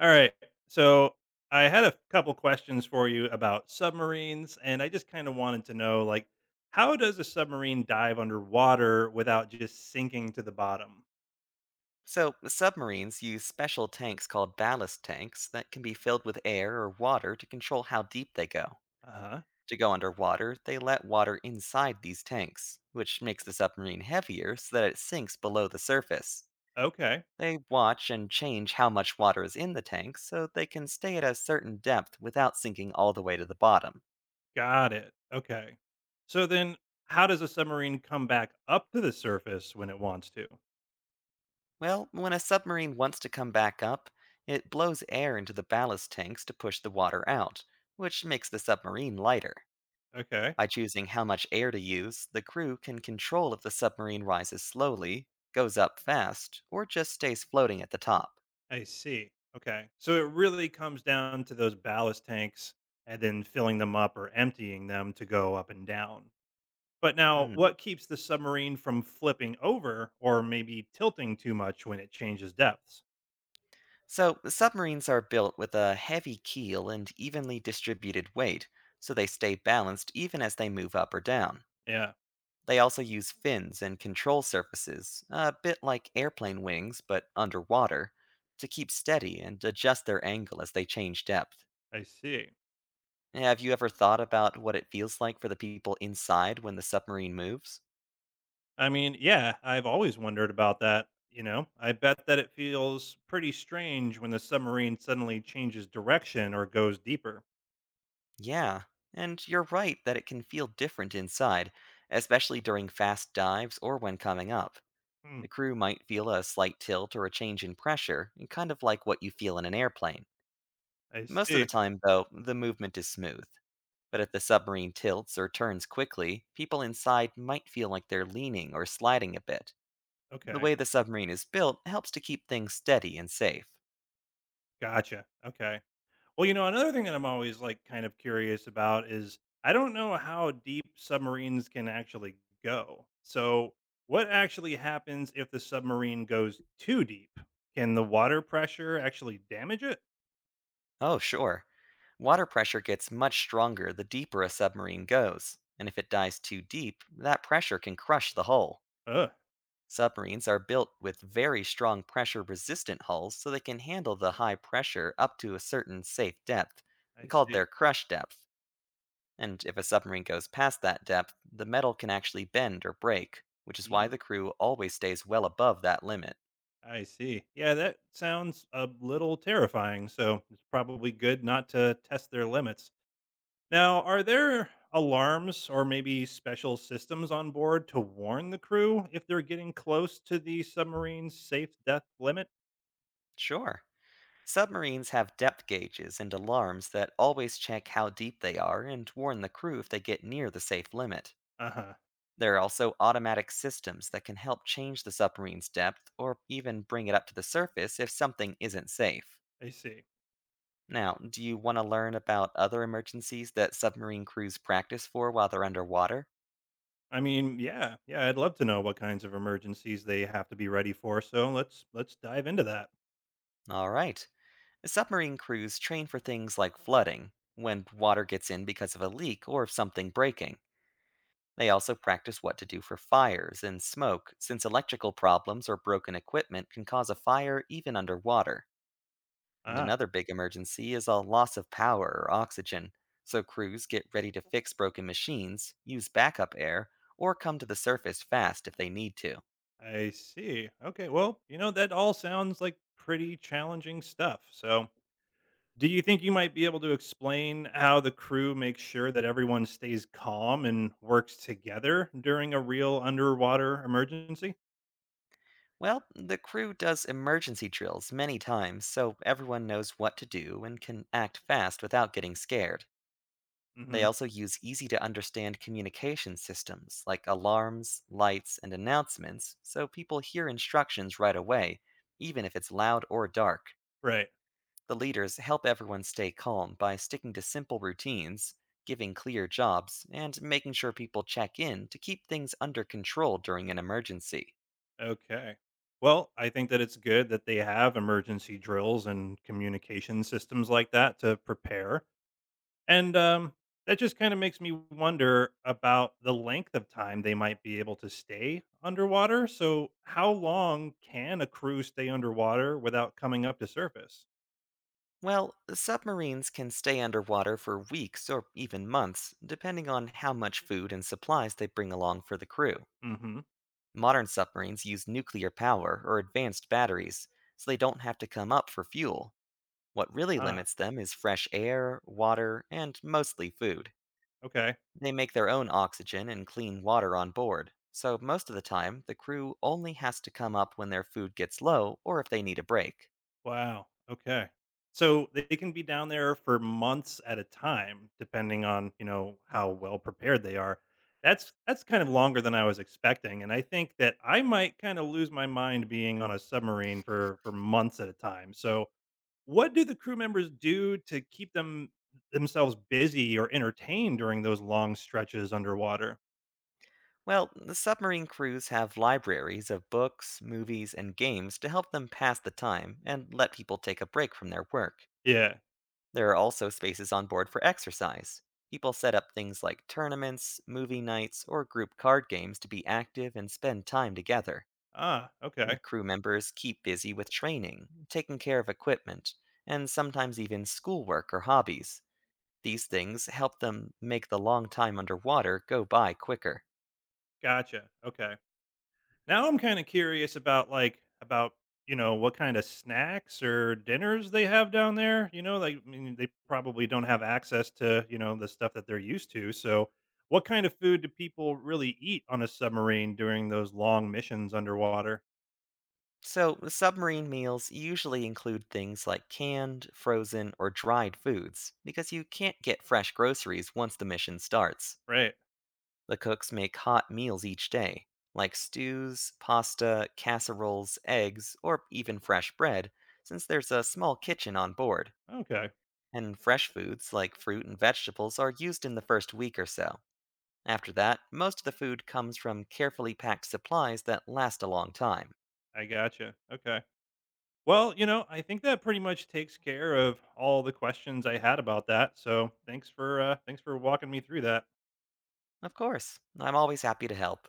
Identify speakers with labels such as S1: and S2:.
S1: All right. So I had a couple questions for you about submarines, and I just kind of wanted to know, like, how does a submarine dive underwater without just sinking to the bottom?
S2: So, submarines use special tanks called ballast tanks that can be filled with air or water to control how deep they go.
S1: Uh huh.
S2: To go underwater, they let water inside these tanks, which makes the submarine heavier so that it sinks below the surface.
S1: Okay.
S2: They watch and change how much water is in the tank so they can stay at a certain depth without sinking all the way to the bottom.
S1: Got it. Okay. So then, how does a submarine come back up to the surface when it wants to?
S2: Well, when a submarine wants to come back up, it blows air into the ballast tanks to push the water out, which makes the submarine lighter.
S1: Okay.
S2: By choosing how much air to use, the crew can control if the submarine rises slowly, goes up fast, or just stays floating at the top.
S1: I see. Okay. So it really comes down to those ballast tanks and then filling them up or emptying them to go up and down. But now,
S2: Hmm.
S1: what keeps the submarine from flipping over or maybe tilting too much when it changes depths?
S2: So, submarines are built with a heavy keel and evenly distributed weight, so they stay balanced even as they move up or down.
S1: Yeah,
S2: They also use fins and control surfaces, a bit like airplane wings but underwater, to keep steady and adjust their angle as they change depth.
S1: I see.
S2: Have you ever thought about what it feels like for the people inside when the submarine moves?
S1: I mean, yeah, I've always wondered about that. You know, I bet that it feels pretty strange when the submarine suddenly changes direction or goes deeper.
S2: Yeah, and you're right that it can feel different inside, especially during fast dives or when coming up.
S1: Hmm,
S2: The crew might feel a slight tilt or a change in pressure, kind of like what you feel in an airplane.
S1: I
S2: Most of the
S1: see.
S2: time, though, the movement is smooth. But if the submarine tilts or turns quickly, people inside might feel like they're leaning or sliding a bit. The
S1: Okay.
S2: way the submarine is built helps to keep things steady and safe.
S1: Gotcha. Okay. Well, you know, another thing that I'm always like kind of curious about is I don't know how deep submarines can actually go. So, what actually happens if the submarine goes too deep? Can the water pressure actually damage it?
S2: Oh, sure. Water pressure gets much stronger the deeper a submarine goes, and if it dives too deep, that pressure can crush the hull.
S1: Ugh,
S2: Submarines are built with very strong pressure resistant hulls so they can handle the high pressure up to a certain safe depth,
S1: I
S2: called their
S1: see.
S2: crush depth. And if a submarine goes past that depth, the metal can actually bend or break, which is why
S1: Ee,
S2: the crew always stays well above that limit.
S1: I see. Yeah, that sounds a little terrifying. So, it's probably good not to test their limits. Now, are there alarms or maybe special systems on board to warn the crew if they're getting close to the submarine's safe death limit?
S2: Sure. Submarines have depth gauges and alarms that always check how deep they are and warn the crew if they get near the safe limit.
S1: Uh huh.
S2: There are also automatic systems that can help change the submarine's depth or even bring it up to the surface if something isn't safe.
S1: I see.
S2: Now, do you want to learn about other emergencies that submarine crews practice for while they're underwater?
S1: I mean, yeah, yeah, I'd love to know what kinds of emergencies they have to be ready for. So let's dive into that.
S2: Alright. Submarine crews train for things like flooding, when water gets in because of a leak or something breaking. They also practice what to do for fires and smoke, since electrical problems or broken equipment can cause a fire even underwater. And
S1: Ah,
S2: another big emergency is a loss of power or oxygen, so crews get ready to fix broken machines, use backup air, or come to the surface fast if they need to.
S1: I see. Okay. Well, you know, that all sounds like pretty challenging stuff. So do you think you might be able to explain how the crew makes sure that everyone stays calm and works together during a real underwater emergency?
S2: Well, the crew does emergency drills many times so everyone knows what to do and can act fast without getting scared. They
S1: Hmm.
S2: also use easy to understand communication systems like alarms, lights, and announcements so people hear instructions right away, even if it's loud or dark.
S1: Right.
S2: The leaders help everyone stay calm by sticking to simple routines, giving clear jobs, and making sure people check in to keep things under control during an emergency.
S1: Okay. Well, I think that it's good that they have emergency drills and communication systems like that to prepare. And That just kind of makes me wonder about the length of time they might be able to stay underwater. So, how long can a crew stay underwater without coming up to surface?
S2: Well, submarines can stay underwater for weeks or even months, depending on how much food and supplies they bring along for the crew.
S1: Hmm.
S2: Modern submarines use nuclear power or advanced batteries, so they don't have to come up for fuel. What really
S1: Ah,
S2: limits them is fresh air, water, and mostly food.
S1: okay.
S2: They make their own oxygen and clean water on board, so most of the time, the crew only has to come up when their food gets low or if they need a break.
S1: Wow. Okay. So they can be down there for months at a time, depending on you know how well prepared they are. That's kind of longer than I was expecting, and I think that I might kind of lose my mind being on a submarine for months at a time. So, what do the crew members do to keep themselves busy or entertained during those long stretches underwater?
S2: Well, the submarine crews have libraries of books, movies, and games to help them pass the time and let people take a break from their work.
S1: Yeah.
S2: There are also spaces on board for exercise. People set up things like tournaments, movie nights, or group card games to be active and spend time together.
S1: Ah. Okay.
S2: And crew members keep busy with training, taking care of equipment, and sometimes even schoolwork or hobbies. These things help them make the long time underwater go by quicker.
S1: Gotcha. Okay. Now I'm kind of curious about about you know what kind of snacks or dinners they have down there. You know, like, I mean, they probably don't have access to you know the stuff that they're used to. So, what kind of food do people really eat on a submarine during those long missions underwater?
S2: So, submarine meals usually include things like canned, frozen, or dried foods, because you can't get fresh groceries once the mission starts.
S1: Right.
S2: The cooks make hot meals each day, like stews, pasta, casseroles, eggs, or even fresh bread, since there's a small kitchen on board.
S1: Okay.
S2: And fresh foods like fruit and vegetables are used in the first week or so. After that, most of the food comes from carefully packed supplies that last a long time.
S1: I gotcha. Okay. Well, you know, I think that pretty much takes care of all the questions I had about that. So, thanks for walking me through that.
S2: Of course, I'm always happy to help.